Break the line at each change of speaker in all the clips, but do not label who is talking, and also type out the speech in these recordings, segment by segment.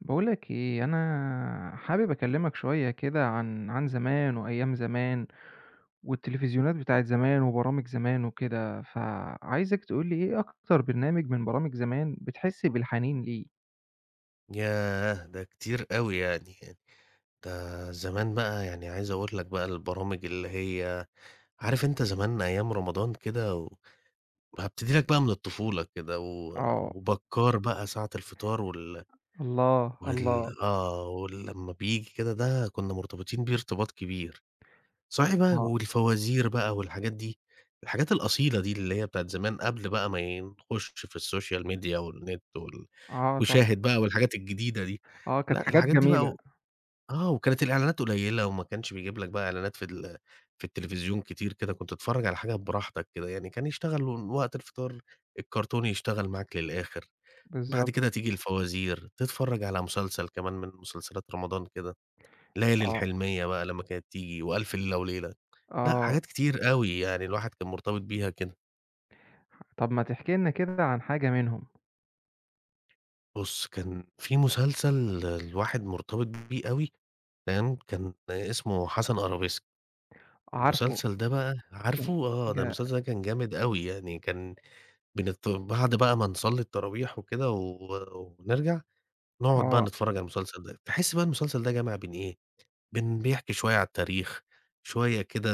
بقولك إيه، أنا حابب أكلّمك شوية كده عن زمان وأيام زمان والتلفزيونات بتاعة زمان وبرامج زمان وكده، فعايزك تقول لي إيه أكتر برنامج من برامج زمان بتحس بالحنين ليه؟
ياه! ده كتير أوي يعني، ده زمان بقى يعني عايز أقول لك بقى البرامج اللي هي عارف أنت زمان أيام رمضان كده و هابتدي لك بقى من الطفولة كده و
آه،
وبكّار بقى ساعة الفطار وال
الله،
وال
الله،
آه، ولمّا بييجي كده ده كُنّا مرتبطين بيه ارتباط كبير. صحيح بقى
آه،
والفوازير بقى والحاجات دي، الحاجات الأصيلة دي اللي هي بتاعة زمان قبل بقى ما نخُش في السوشيال ميديا والنت وال
آه طبعًا،
وشاهد بقى والحاجات الجديدة دي،
آه كانت
لأ
حاجات
الحاجات دي
جميلة،
بقى آه، وكانت الإعلانات قليّلة وما كانش بيجيب لك بقى إعلانات في التلفزيون كتير كده، كنت تتفرّج على حاجة براحتك كده، يعني كان يشتغل وقت الفطار الكرتون يشتغل معاك للآخر. بعد كده
بالضبط،
تيجي الفوازير، تتفرّج على مسلسل كمان من مسلسلات رمضان كده، ليالي
آه،
الحلمية بقى لمّا كانت تيجي وألف ليلة وليلة. لأ
آه،
حاجات كتير أوي يعني الواحد كان مرتبط بيها كده.
طَب ما تحكي لنا كده عن حاجة منهم؟
بُص، كان في مسلسل الواحد مرتبط بيه أوي، تمام، كان اسمه حسن قرابيسي.
عارفه،
المسلسل ده بقى عارفه؟ آه،
ج
ده المسلسل ده كان جامد أوي، يعني كان بنت بعد بقى ما نصلّي التراويح وكده ونرجع، نقعد بقى
آه،
نتفرّج على المسلسل ده، تحس بقى المسلسل ده جامع بين إيه، بين بيحكي شوية على التاريخ، شوية كده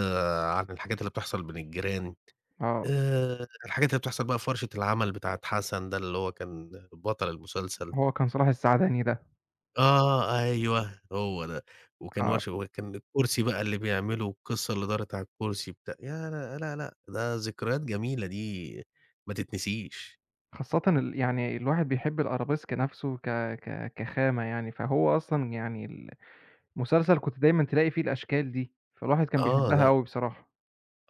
عن الحاجات اللي بتحصل بين الجيران،
آه،
الحاجات اللي بتحصل بقى في ورشة العمل بتاعة حسن ده اللي هو كان بطل المسلسل.
هو كان صلاح السعداني ده،
آه، أيوه، هو ده. وكان
آه.
ورشة وكان الكرسي بقى اللي بيعمله والقصة اللي دارت على الكرسي بتاع يا لأ، لأ، لأ، ده ذكريات جميلة دي ما تتنسيش.
خاصةً يعني الواحد بيحب الأرابيسك نَفْسه ك ك كخامة يعني، فهو أصلًا يعني المسلسل كنت دايمًا تلاقي فيه الأشكال دي، فالواحد كان
آه،
بيحبها
لأ،
أوي بصراحة.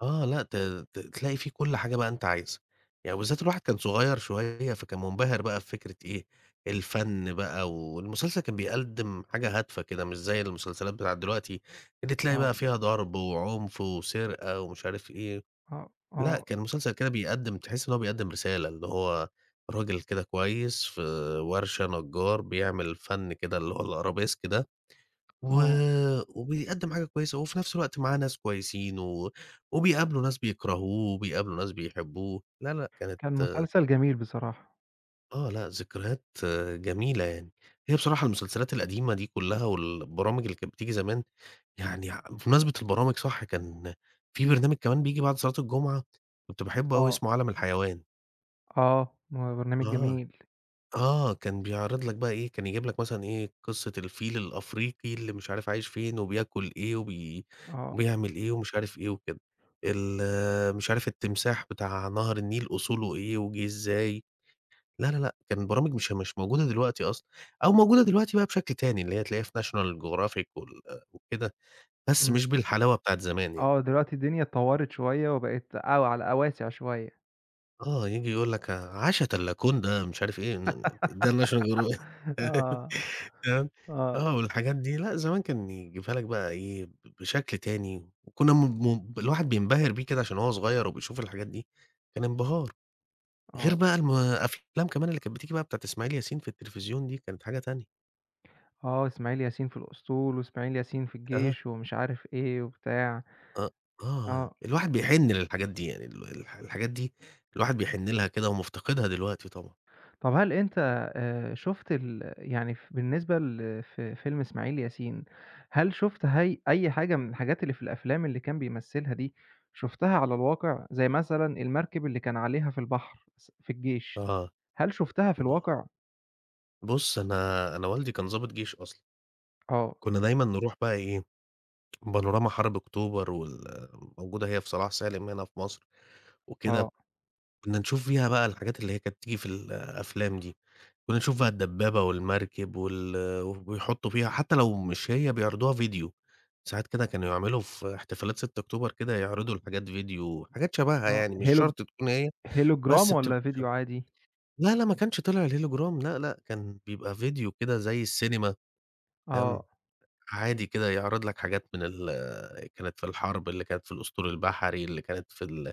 آه، لأ، ت ت تلاقي فيه كل حاجة بقى أنت عايزها. يعني بالذات الواحد كان صغير شوية، فكان منبهر بقى بفكرة إيه، الفن بقى والمسلسل كان بيقدّم حاجة هادفة كده، مش زي المسلسلات بتاعة دلوقتي اللي تلاقي
آه،
بقى فيها ضرب وعنف وسرقة ومش عارف إيه.
آه،
لأ،
آه،
كان مسلسل كده بيقدّم تحس إن هو بيقدّم رسالة، اللي هو راجل كده كويس في ورشة نجار بيعمل فَن كده اللي هو الArabesque ده، و
آه،
وبيقدّم حاجة كويسة، وفي نفس الوقت معاه ناس كويسين، وبيقابلوا ناس بيكرهوه، وبيقابلوا ناس بيحبوه، لا، لأ، كانت
كان مسلسل جميل بصراحة.
آه، لأ، ذكريات جميلة يعني. هي بصراحة المسلسلات القديمة دي كلّها والبرامج اللي كانت بتيجي زمان، يعني ع بمناسبة البرامج صح، كان في برنامج كمان بييجي بعد صلاة الجمعة كنت باحبه أوي
آه،
اسمه عالم الحيوان.
آه، هو برنامج
آه،
جميل.
آه، كان بيعرض لك بقى إيه، كان يجيب لك مثلًا إيه، قصة الفيل الأفريقي اللي مش عارف عايش فين وبياكل إيه
آه،
وبيعمل إيه ومش عارف إيه وكده، مش عارف التمساح بتاع نهر النيل أصوله إيه وجه إزاي، لا، لا، لأ، كان برامج مش موجودة دلوقتي أصلًا، أو موجودة دلوقتي بقى بشكل تاني اللي هي تلاقيها في national geographic وال وكده، بس
إمم،
مش بالحلاوة بتاعة زمان يعني.
آه، دلوقتي الدنيا اتطوّرت شوية وبقت أو على أواسع شوية.
آه، ييجي يقول لك عَشَت اللاكون ده مش عارف إيه، ن ن ده الnational geographic
آه،
تمام.
آه،
آه، والحاجات دي لأ، زمان كان يجيبها لك بقى إيه، بشكل تاني، وكنا م م الواحد بينبهر بيه كده عشان هو صغير وبيشوف الحاجات دي، كان انبهار، غير
آه،
بقى أفلام كمان اللي كانت بتيجي بقى بتاعة إسماعيل ياسين في التلفزيون دي كانت حاجة تانية.
آه، إسماعيل ياسين في الأسطول وإسماعيل ياسين في
آه،
الجيش ومش عارف إيه وبتاع.
آه، آه،
آه.
الواحد بيحن للحاجات دي يعني ال الح الحاجات دي الواحد بيحن لها كده ومفتقدها دلوقتي طبعًا.
طب هل أنت شُفت يعني بالنسبة فيلم إسماعيل ياسين، هل شُفت هي أي حاجة من الحاجات اللي في الأفلام اللي كان بيمثلها دي، شُفتها على الواقع؟ زي مثلًا المركب اللي كان عليها في البحر في الجيش،
آه،
هل شُفتها في
ب
الواقع؟
بُص أنا والدي كان ضابط جيش أصلًا،
آه،
كنا دايمًا نروح بقى إيه بانوراما حرب أكتوبر وال موجودة هي في صلاح سالم هنا في مصر وكده،
آه،
كنا نشوف فيها بقى الحاجات اللي هي كانت بتيجي في الأفلام دي، كنا نشوف بقى الدبابة والمركب وال وبيحطّوا فيها حتى لو مش هي بيعرضوها فيديو، ساعات كده كانوا يعملوا في احتفالات 6 أكتوبر كده يعرضوا الحاجات فيديو، حاجات شبهها
آه.
يعني مش شرط تكون هي،
هيلوجرام
بس بتبقى
والّا
شب
فيديو عادي؟
لا، ما كانش طلع الهيلوجرام، لا، لأ، كان بيبقى فيديو كده زي السينما،
آه.
فاهم؟ عادي كده يعرض لك حاجات من ال كانت في الحرب، اللي كانت في الأسطول البحري، اللي كانت في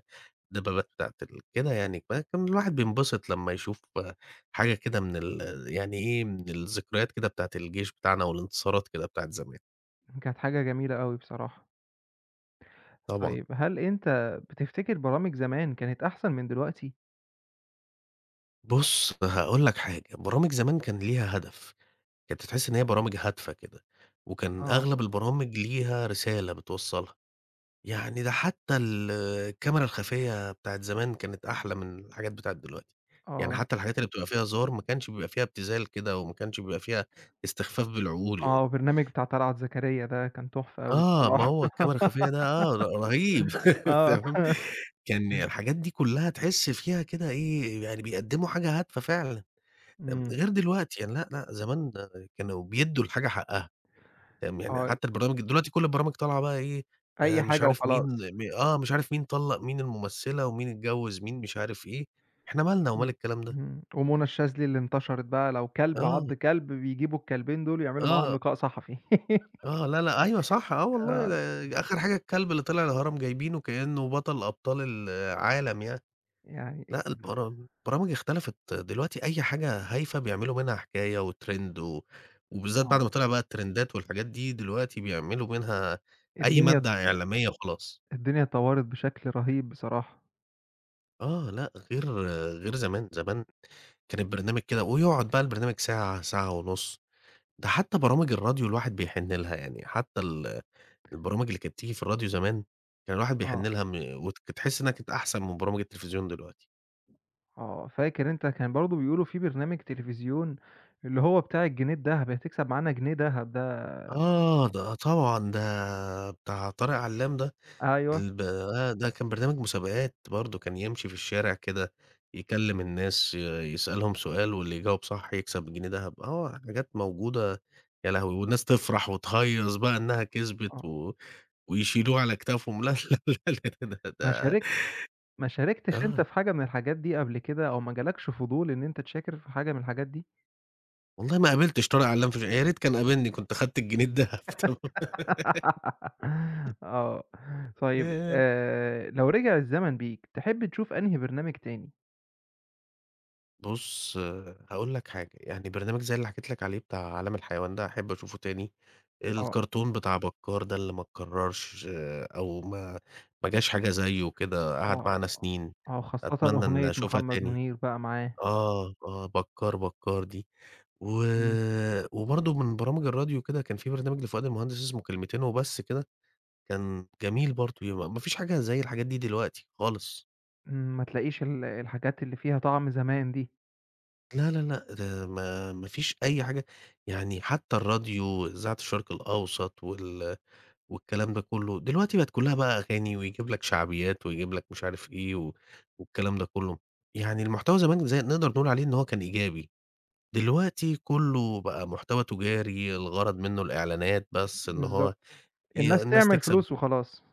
الدبابات بتاعة ال كده يعني، فكان الواحد بينبسط لمّا يشوف حاجة كده من ال يعني إيه، من الذكريات كده بتاعة الجيش بتاعنا والانتصارات كده بتاعة زمان.
كانت حاجة جميلة أوي بصراحة.
طبعًا.
طيب هل أنت بتفتكر برامج زمان كانت أحسن من دلوقتي؟
بُص، هاقول لك حاجة، برامج زمان كان ليها هدف، كنت تحس إن هي برامج هادفة كده، وكان
آه،
أغلب البرامج ليها رسالة بتوصّلها. يعني ده حتى الكاميرا الخفية بتاعة زمان كانت أحلى من الحاجات بتاعة دلوقتي، يعني
آه.
حتى الحاجات اللي بتبقى فيها هزار ما كانش بيبقى فيها ابتذال كده، وما كانش بيبقى فيها استخفاف بالعقول يعني.
آه، وبرنامج بتاع طلعت زكريا ده كان تحفة أوي
آه، ما
بصراحة
هو الكاميرا الخفية ده آه، رهيب
آه،
تمام. كان الحاجات دي كلها تحس فيها كده إيه، يعني بيقدّموا حاجة هادفة فعلًا،
إمم،
غير دلوقتي يعني لأ، لأ، زمان كانوا بيدّوا الحاجة حقها. فاهم، يعني
آه،
حتى البرامج دلوقتي كل البرامج طالعة بقى إيه،
أي
مش
حاجة
عارف مين
وخلاص،
م آه، مش عارف مين طلّق مين الممثلة، ومين اتجوّز مين مش عارف إيه، إحنا مالنا ومال
إمم،
الكلام ده،
إمم، ومنى الشاذلي اللي انتشرت بقى لو كلب
آه،
عض كلب بيجيبوا الكلبين دول يعملوا معاهم
آه،
لقاء صحفي
آه، لا، لأ، أيوه صح، آه والله
آه،
ده آخر حاجة الكلب اللي طلع الهرم جايبينه كإنه بطل أبطال العالم يعني.
يعني
لأ البرامج اختلفت دلوقتي أي حاجة هايفة بيعملوا منها حكاية وtrend وبالذات بعد
آه،
ما طلع بقى الترندات والحاجات دي، دلوقتي بيعملوا منها أي
الدنيا
مادة إعلامية وخلاص.
الدنيا اتطورت بشكل رهيب بصراحة،
آه، لأ غير زمان كان البرنامج كده ويقعد بقى البرنامج ساعة، ساعة ونُص، ده حتى برامج الراديو الواحد بيحن لها، يعني حتى البرامج اللي كانت تيجي في الراديو زمان، كان الواحد
آه،
بيحن لها وكنت تحس إنها كانت أحسن من برامج التلفزيون دلوقتي.
آه، فاكر أنت كان برضه بيقولوا في برنامج تلفزيون اللي هو بتاع الجنيه الدهب، هتكسب معانا جنيه دهب ده،
آه، ده طبعًا، ده بتاع طارق علّام ده.
أيوه،
الب آه، ده كان برنامج مسابقات برضه، كان يمشي في الشارع كده يكلّم الناس، يسألهم سؤال واللي يجاوب صح يكسب جنيه دهب، آه، حاجات موجودة يا لهوي! والناس تفرح وتهيّص بقى إنها كسبت
آه،
ويشيلوه على كتافهم، لا، لا، لا، لا، ده ده
مشاريع ما شاركتش أنت
آه،
في حاجة من الحاجات دي قبل كده، أو ما جالكش فضول إن أنت تشاكر في حاجة من الحاجات دي؟
والله ما قابلتش طارق علام في ش يا ريت كان قابلني كنت خدت الجنيه الدهب
آه، طيب
تمام.
لو رجع الزمن بيك تحب تشوف أنهي برنامج تاني؟
بُص، هاقول لك حاجة، يعني برنامج زي اللي حكيت لك عليه بتاع عالم الحيوان ده أحب أشوفه تاني،
آه،
الكرتون بتاع بكار ده اللي ما اتكررش آه، أو ما ما جاش حاجة زيه كده، قعد
آه،
معانا سنين،
آه، خاصةً
أتمنى إن
أغنية
أشوفها
محمد
تاني.
منير بقى معاه،
آه، آه، بكار، بكار دي و
إمم،
وبرضه من برامج الراديو كده كان في برنامج لفؤاد المهندس اسمه كلمتين وبس كده، كان جميل برضه، ما فيش حاجة زي الحاجات دي دلوقتي خالص.
إمم، ما تلاقيش الحاجات اللي فيها طعم زمان دي،
لا، لا، لأ، ده ما ما فيش أي حاجة، يعني حتى الراديو، إذاعة الشرق الأوسط وال والكلام ده كُلّه، دلوقتي بقت كُلّها بقى أغاني ويجيب لك شعبيات ويجيب لك مش عارف إيه والكلام ده كُلّه. يعني المحتوى زمان زي نقدر نقول عليه إن هو كان إيجابي، دلوقتي كُلّه بقى محتوى تجاري، الغرض منّه الإعلانات بس، إن هو
بالضبط، الناس
الناس
تعمل
تكسب
فلوس وخلاص.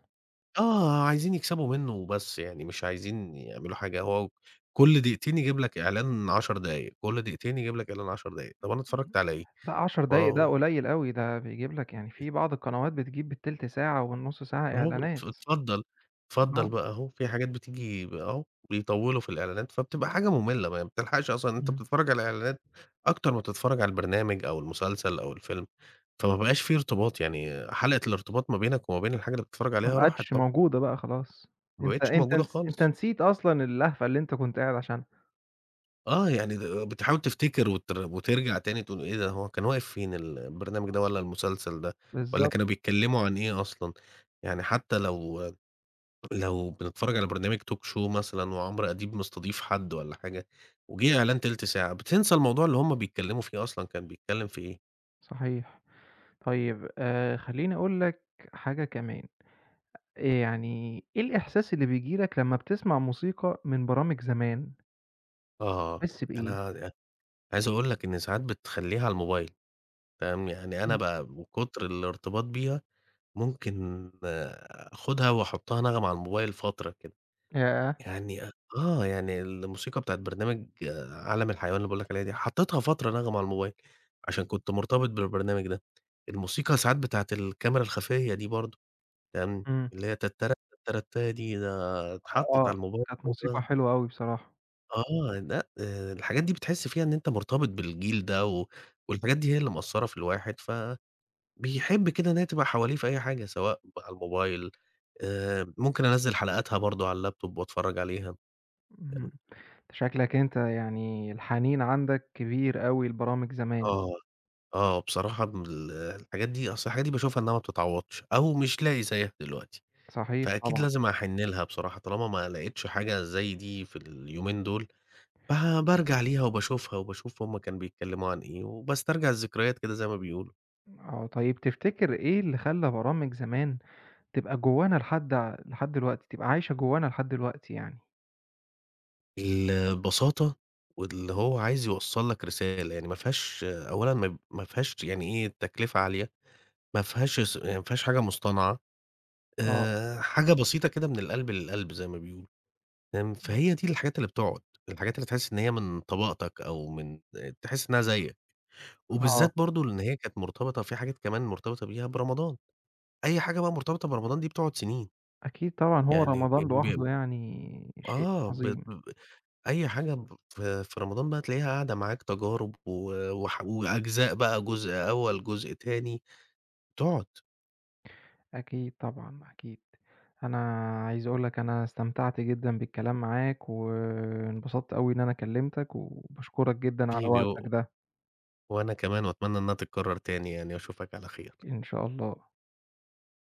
آه، عايزين يكسبوا منّه وبس، يعني مش عايزين يعملوا حاجة، هو كل دقيقتين يجيب لك إعلان 10 دقايق، كل دقيقتين يجيب لك إعلان 10 دقايق، طَب أنا اتفرّجت على إيه؟
لأ 10
ما
دقايق ده
هو
قليل أوي، ده بيجيب لك يعني في بعض القنوات بتجيب بالتِلت ساعة والنُص ساعة
أهو
إعلانات.
اتفضّل، اتفضّل
آه،
بقى أهو، في حاجات بتيجي ب أهو بيطوّلوا في الإعلانات، فبتبقى حاجة مُملّة، ما بتلحقش أصلًا أنت
إمم،
بتتفرّج على إعلانات أكتر ما بتتفرّج على البرنامج أو المسلسل أو الفيلم، فما بقاش في ارتباط، يعني حلقة الارتباط ما بينك وما بين الحاجة اللي بتتفرّج
ما
عليها راحت
بقتش
طبعًا،
موجودة بقى خلاص،
ما
أنت
بقتش
أنت
موجودة
نس أنت
خالص.
نسيت أصلًا اللهفة اللي أنت كنت قاعد عشانها،
آه، يعني د بتحاول تفتكر وترجع تاني تقول إيه ده، هو كان واقف فين البرنامج ده والّا المسلسل ده والّا
بالضبط،
كانوا بيتكلّموا عن إيه أصلًا؟ يعني حتى لو لو بنتفرّج على برنامج talk show مثلًا وعمرو أديب مستضيف حد والّا حاجة وجِه إعلان تِلت ساعة، بتنسى الموضوع اللي هم بيتكلّموا فيه أصلًا كان بيتكلّم في إيه.
صحيح، طيب خلّيني أقول لك حاجة كمان، يعني إيه الإحساس اللي بييجي لك لمّا بتسمع موسيقى من برامج زمان،
آه،
بتحس بإيه؟
أنا أ عايز أقول لك إن ساعات بتخلّيها على الموبايل فاهم، يعني أنا
إمم،
بقى من كتر الارتباط بيها ممكن آخُدها وأحُطّها نَغَم على الموبايل فترة كده.
ياه!
يعني أ آه، يعني الموسيقى بتاعة برنامج آه، عالم الحيوان اللي باقول لك عليها دي، حطيتها فترة نغمة على الموبايل، عشان كنت مرتبط بالبرنامج ده. الموسيقى ساعات بتاعة الكاميرا الخفية دي برضه، تمام،
إمم،
اللي هي تترة تترتاه دي، ده اتحطت
آه،
على الموبايل
كانت
برضو.
موسيقى حلوة أوي بصراحة،
آه، لأ، الحاجات دي بتحس فيها إن أنت مرتبط بالجيل ده، والحاجات دي هي اللي مأثّرة في الواحد، فبيحب كده إن هي تبقى حواليه في أي حاجة، سواء على الموبايل، ممكن أنزّل حلقاتها برضه على اللاب توب وأتفرّج عليها،
اهم، شكلك أنت يعني الحنين عندك كبير أوي لبرامج زمان،
آه. آه، بصراحة من ال الحاجات دي أصل الحاجات دي باشوفها إنها ما بتتعوّضش أو مش لاقي زيّها دلوقتي،
صحيح
فأكيد
طبعًا.
لازم أحِن لها بصراحة طالما ما لقيتش حاجة زي دي في اليومين دول، بارجع ليها وباشوفها وباشوف هم كانوا بيتكلّموا عن إيه، وباسترجع الذكريات كده زي ما بيقولوا.
آه، طيب تفتكر إيه اللي خلّى برامج زمان تبقى جوانا لحد دلوقتي، تبقى عايشة جوانا لحد دلوقتي يعني؟
البساطة واللي هو عايز يوصّل لك رسالة، يعني ما فيهاش أولًا ما فيهاش يعني إيه، تكلفة عالية، ما فيهاش حاجة مصطنعة،
آه،
حاجة بسيطة كده من القلب للقلب زي ما بيقولوا. تمام، فهي دي الحاجات اللي بتقعد، الحاجات اللي تحس إن هي من طبقتك أو من تحس إنها زيك،
آه،
وبالذات برضه لإن هي كانت مرتبطة في حاجات كمان مرتبطة بيها برمضان، أي حاجة بقى مرتبطة برمضان دي بتقعد سنين،
أكيد طبعًا هو
يعني
رمضان
ب
لوحده يعني شيء
آه ب
عظيم،
ب- أي حاجة ب في في رمضان بقى تلاقيها قاعدة معاك تجارب و وح وأجزاء بقى جزء أول، جزء تاني، تقعد
أكيد طبعًا، أكيد. أنا عايز أقول لك أنا استمتعت جدًا بالكلام معاك، وانبسطت أوي إن أنا كلمتك، وباشكرك جدًا على
في
وقتك
و
ده،
وأنا كمان وأتمنى إنها تتكرر تاني يعني وأشوفك على خير.
إن شاء الله.